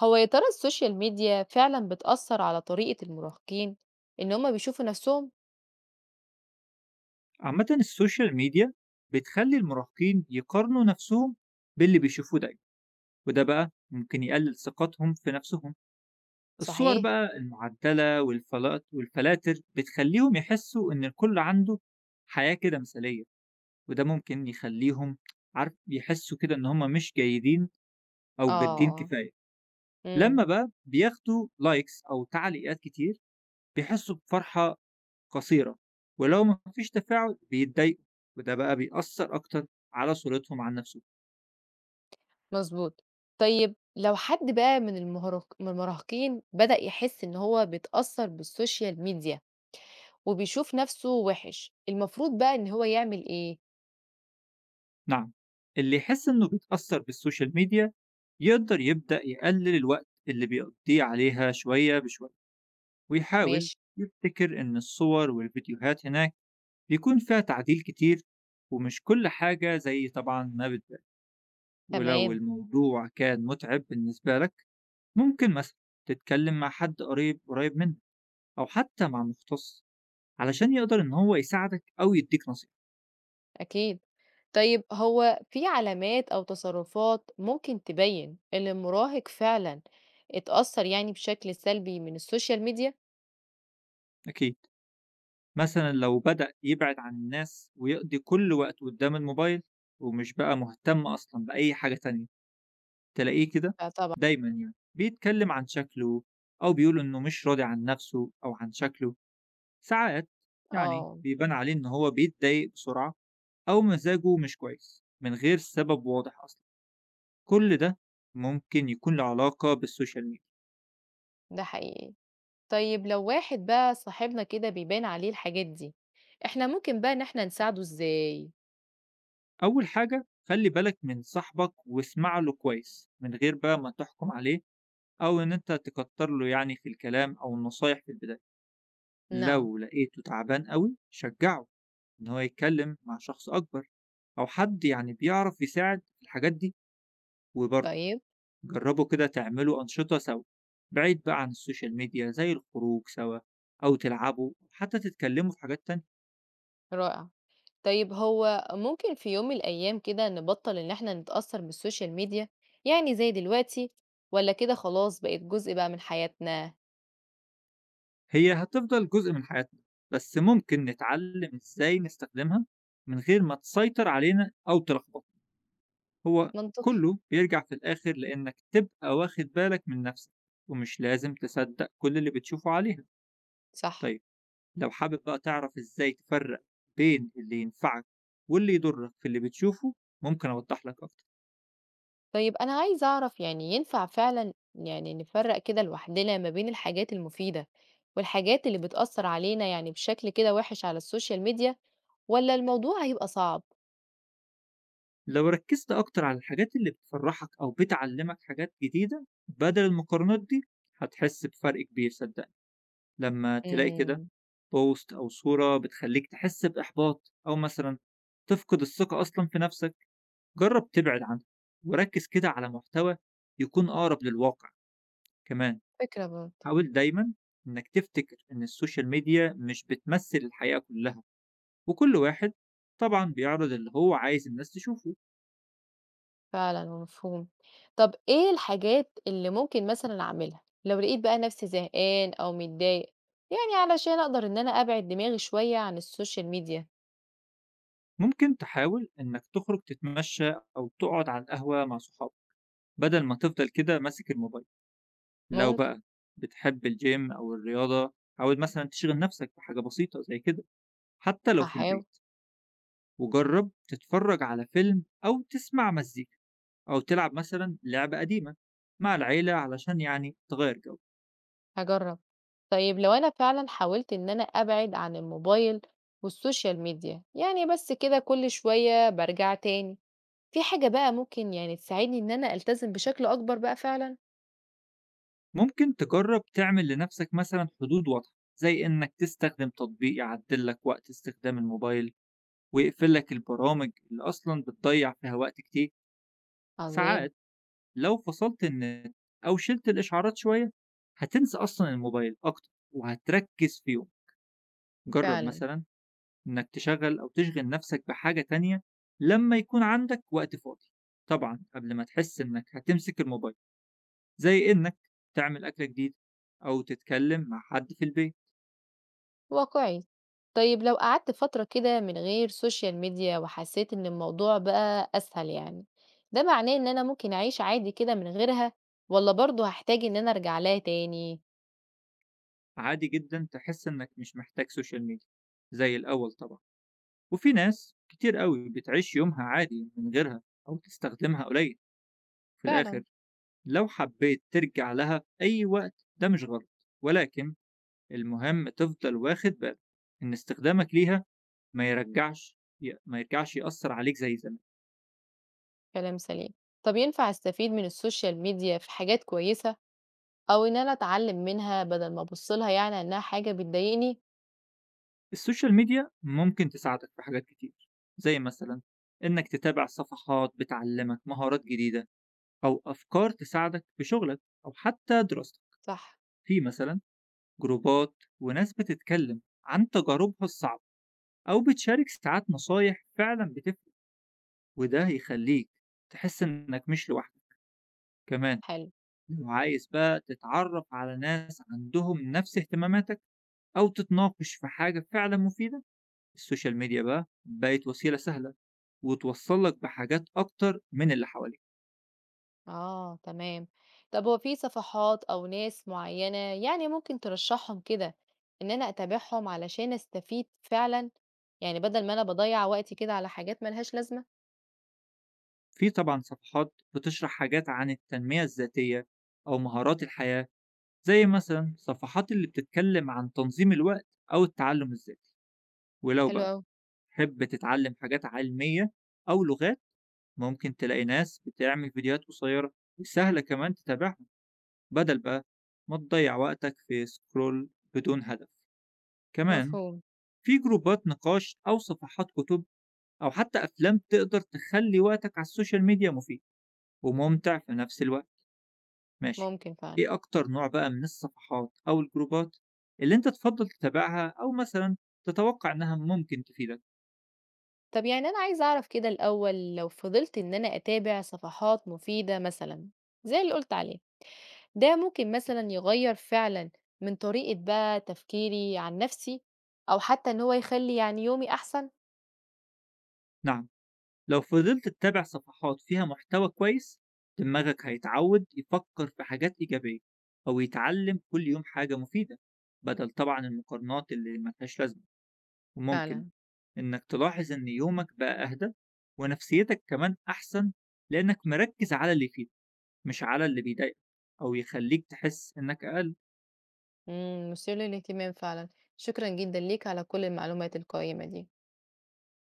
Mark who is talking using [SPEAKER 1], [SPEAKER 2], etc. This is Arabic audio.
[SPEAKER 1] هو يا ترى السوشيال ميديا فعلا بتأثر على طريقة المراهقين إن هما بيشوفوا نفسهم
[SPEAKER 2] عامة السوشيال ميديا بتخلي المراهقين يقارنوا نفسهم باللي بيشوفوه دايما، وده بقى ممكن يقلل ثقتهم في نفسهم. الصور
[SPEAKER 1] صحيح؟
[SPEAKER 2] بقى المعدلة والفلاتر بتخليهم يحسوا إن الكل عنده حياة كده مثالية، وده ممكن يخليهم، عارف، يحسوا كده إن هم مش جيدين أو جادين
[SPEAKER 1] آه.
[SPEAKER 2] كفاية.
[SPEAKER 1] امم
[SPEAKER 2] لما بقى بياخدوا لايكس أو تعليقات كتير بيحسوا بفرحة قصيرة، ولو مفيش تفاعل بيتضايقوا، وده بقى بيأثر أكتر على صورتهم عن نفسه.
[SPEAKER 1] مظبوط. طيب لو حد بقى من من المراهقين بدأ يحس إن هو بيتأثر بالسوشيال ميديا وبيشوف نفسه وحش المفروض بقى إن هو يعمل إيه؟
[SPEAKER 2] نعم، اللي يحس إنه بيتأثر بالسوشيال ميديا يقدر يبدأ يقلل الوقت اللي بيقضيه عليها شوية بشوية، ويحاول
[SPEAKER 1] ماشي.
[SPEAKER 2] يفتكر إن الصور والفيديوهات هناك بيكون فيها تعديل كتير، ومش كل حاجة زي طبعا ما بتبان. ولو
[SPEAKER 1] تمام.
[SPEAKER 2] الموضوع كان متعب بالنسبة لك، ممكن مثلا تتكلم مع حد قريب قريب منك، أو حتى مع مختص، علشان يقدر إن هو يساعدك أو يدّيك نصيحة.
[SPEAKER 1] أكيد. طيب هو في علامات أو تصرفات ممكن تبين إن المراهق فعلا اتأثر يعني بشكل سلبي من السوشيال ميديا؟
[SPEAKER 2] أكيد. مثلًا لو بدأ يبعد عن الناس ويقضي كل وقته قدّام الموبايل، ومش بقى مهتم أصلًا بأي حاجة تانية، تلاقيه كده
[SPEAKER 1] فطبعًا
[SPEAKER 2] دايمًا يعني بيتكلم عن شكله، أو بيقول إنه مش راضي عن نَفْسه أو عن شكله. ساعات يعني
[SPEAKER 1] آه،
[SPEAKER 2] بيبان عليه إن هو بيتضايق بسرعة، أو مزاجه مش كويس من غير سبب واضح أصلًا. كل ده ممكن يكون له علاقة بالسوشيال ميديا.
[SPEAKER 1] ده حقيقي. طيب لو واحد بقى صاحبنا كده بيبان عليه الحاجات دي، إحنا ممكن بقى إن إحنا نساعده إزاي؟
[SPEAKER 2] أول حاجة خلي بالك من صاحبك واسمع له كويس من غير بقى ما تحكم عليه، أو إن أنت تكتر له يعني في الكلام أو النصايح في البداية.
[SPEAKER 1] نعم،
[SPEAKER 2] لو لقيته تعبان قوي شجعه إن هو يتكلم مع شخص أكبر، أو حد يعني بيعرف يساعد في الحاجات دي. وبرضه
[SPEAKER 1] طيب
[SPEAKER 2] جربوا كده تعملوا أنشطة سوا بعيد بقى عن السوشيال ميديا، زي الخروج سوا أو تلعبوا، أو حتى تتكلموا في حاجات تانية.
[SPEAKER 1] رائع. طيب هو ممكن في يوم من الأيام كده نبطّل إن إحنا نتأثّر بالسوشيال ميديا، يعني زي دلوقتي والّا كده خلاص بقت جزء بقى من حياتنا؟
[SPEAKER 2] هي هتفضل جزء من حياتنا، بس ممكن نتعلم ازاي نستخدمها من غير ما تسيطر علينا او تلخبطنا. هو
[SPEAKER 1] منطقي،
[SPEAKER 2] كله بيرجع في الاخر لانك تبقى واخد بالك من نفسك، ومش لازم تصدق كل اللي بتشوفه عليها.
[SPEAKER 1] صح.
[SPEAKER 2] طيب لو حابب بقى تعرف ازاي تفرق بين اللي ينفعك واللي يضرك في اللي بتشوفه، ممكن اوضح لك اكتر.
[SPEAKER 1] طيب أنا عايزة أعرف يعني ينفع فعلًا يعني نفرّق كده لوحدنا ما بين الحاجات المفيدة والحاجات اللي بتأثّر علينا يعني بشكل كده وِحِش على السوشيال ميديا والّا الموضوع هيبقى صعب؟
[SPEAKER 2] لو ركزت اكتر على الحاجات اللي بتفرحك او بتعلمك حاجات جديدة بدل المقارنات دي، هتحس بفرق كبير صدقني. لما تلاقي كده
[SPEAKER 1] إمم.
[SPEAKER 2] بوست أو صورة بتخلّيك تحس بإحباط، أو مثلًا تفقد الثقة أصلًا في نَفْسك، جرّب تبعد عنها وركّز كده على محتوى يكون أقرب للواقع. كمان
[SPEAKER 1] فكرة برضه.
[SPEAKER 2] حاول دايمًا إنّك تفتكر إن السوشيال ميديا مش بتمثّل الحقيقة كُلّها، وكل واحد طبعًا بيعرض اللي هو عايز الناس تشوفه.
[SPEAKER 1] فعلًا ومفهوم. طَب إيه الحاجات اللي ممكن مثلًا أعملها لو لقيت بقى نَفْسي زهقان أو متضايق، يعني علشان أقدر إن أنا أبعد دماغي شوية عن السوشيال ميديا؟
[SPEAKER 2] ممكن تحاول إنّك تخرج تتمشّى، أو تقعد على القهوة مع صحابك بدل ما تفضل كده ماسك الموبايل. لو
[SPEAKER 1] ممكن،
[SPEAKER 2] بقى بتحب الgym أو الرياضة، حاول مثلًا تشغِل نَفْسك بحاجة بسيطة زي كده حتى لو في
[SPEAKER 1] هاحاول.
[SPEAKER 2] البيت. وجرّب تتفرّج على فيلم أو تسمع مزيكا، أو تلعب مثلًا لعبة قديمة مع العيلة علشان يعني تغيّر جو.
[SPEAKER 1] هاجرّب. طيب لو أنا فعلًا حاولت إن أنا أبعد عن الموبايل والسوشيال ميديا، يعني بس كده كل شوية بارجع تاني، في حاجة بقى ممكن يعني تساعدني إن أنا ألتزم بشكل أكبر بقى فعلًا؟
[SPEAKER 2] ممكن تجرّب تعمل لنَفْسك مثلًا حدود واضحة، زي إنّك تستخدم تطبيق يعدّل لك وقت استخدام الموبايل ويقفل لك البرامج اللي أصلًا بتضيّع فيها وقت كتير.
[SPEAKER 1] عظيم،
[SPEAKER 2] ساعات لو فصلت النت أو شِلت الإشعارات شوية، هتنسى أصلًا الموبايل أكتر وهتركّز في يومك. جرّب
[SPEAKER 1] فعلًا،
[SPEAKER 2] مثلًا إنّك تشغّل أو تشغِل نَفْسك بحاجة تانية لمّا يكون عندك وقت فاضي، طبعًا قبل ما تحس إنّك هتمسك الموبايل، زي إنّك تعمل أكلة جديدة أو تتكلّم مع حد في البيت.
[SPEAKER 1] واقعي. طيب لو قعدت فترة كده من غير سوشيال ميديا وحسيت إن الموضوع بقى أسهل يعني، ده معناه إن أنا ممكن أعيش عادي كده من غيرها والّا برضه هاحتاج إن أنا أرجع لها تاني؟
[SPEAKER 2] عادي جدًا تحس إنّك مش محتاج social media زي الأول طبعًا، وفي ناس كتير أوي بتعيش يومها عادي من غيرها، أو تستخدمها قليل في الآخر.
[SPEAKER 1] فعلًا.
[SPEAKER 2] لو حبيت ترجع لها أي وقت ده مش غلط، ولكن المهم تفضل واخد بالك إن استخدامك ليها ما يرجعش ما يرجعش يأثر عليك زي زمان.
[SPEAKER 1] كلام سليم. طب ينفع أستفيد من السوشيال ميديا في حاجات كويسة أو إن أنا أتعلم منها بدل ما أبُص لها يعني إنها حاجة بتضايقني؟
[SPEAKER 2] السوشيال ميديا ممكن تساعدك في حاجات كتير، زي مثلا إنك تتابع صفحات بتعلمك مهارات جديدة، أو أفكار تساعدك في شغلك أو حتى دراستك.
[SPEAKER 1] صح،
[SPEAKER 2] في مثلا جروبات وناس بتتكلم عن تجاربها الصعبة، أو بتشارك ساعات نصايح فعلا بتفرق، وده هيخلّيك تحس إنك مش لوحدك. كمان
[SPEAKER 1] حلو.
[SPEAKER 2] لو عايز بقى تتعرّف على ناس عندهم نفس اهتماماتك، أو تتناقش في حاجة فعلًا مفيدة، السوشيال ميديا بقى بقت وسيلة سهلة وتوصّل لك بحاجات أكتر من اللي حواليك.
[SPEAKER 1] آه، تمام. طب هو في صفحات أو ناس معيّنة يعني ممكن ترشّحهم كده إن أنا أتابعهم علشان أستفيد فعلًا؟ يعني بدل ما أنا باضيّع وقتي كده على حاجات ما لهاش لازمة؟
[SPEAKER 2] في طبعًا صفحات بتشرح حاجات عن التنمية الذاتية أو مهارات الحياة، زي مثلًا صفحات اللي بتتكلم عن تنظيم الوقت أو التعلُّم الذاتي. ولو
[SPEAKER 1] حلو
[SPEAKER 2] بقى
[SPEAKER 1] أوي،
[SPEAKER 2] تحب تتعلم حاجات علمية أو لغات، ممكن تلاقي ناس بتعمل فيديوهات قصيرة وسهلة كمان تتابعها، بدل بقى ما تضيع وقتك في سكرول بدون هدف. كمان
[SPEAKER 1] مفهوم،
[SPEAKER 2] في جروبات نقاش أو صفحات كتب أو حتى أفلام تقدر تخلي وقتك على السوشيال ميديا مفيد وممتع في نفس الوقت. ماشي،
[SPEAKER 1] ممكن فعلًا.
[SPEAKER 2] إيه أكتر نوع بقى من الصفحات أو الجروبات اللي أنت تفضل تتابعها، أو مثلا تتوقع إنها ممكن تفيدك؟
[SPEAKER 1] طب يعني أنا عايزة أعرف كده الأول لو فضلت إن أنا أتابع صفحات مفيدة مثلًا زي اللي قُلت عليه ده ممكن مثلًا يغيّر فعلًا من طريقة بقى تفكيري عن نفسي، أو حتى إن هو يخلّي يعني يومي أحسن؟
[SPEAKER 2] نعم، لو فضلت تتابع صفحات فيها محتوى كويس، دماغك هيتعود يفكر في حاجات إيجابية، أو يتعلم كل يوم حاجة مفيدة بدل طبعا المقارنات اللي ملهاش لازمة. وممكن
[SPEAKER 1] فعلًا.
[SPEAKER 2] إنك تلاحظ إن يومك بقى أهدى ونفسيتك كمان أحسن، لأنك مركز على اللي يفيدك مش على اللي بيضايقك، أو يخليك تحس إنك أقل
[SPEAKER 1] إمم، مثير للاهتمام فعلًا، شكرًا جدًا ليك على كل المعلومات القيّمة دي.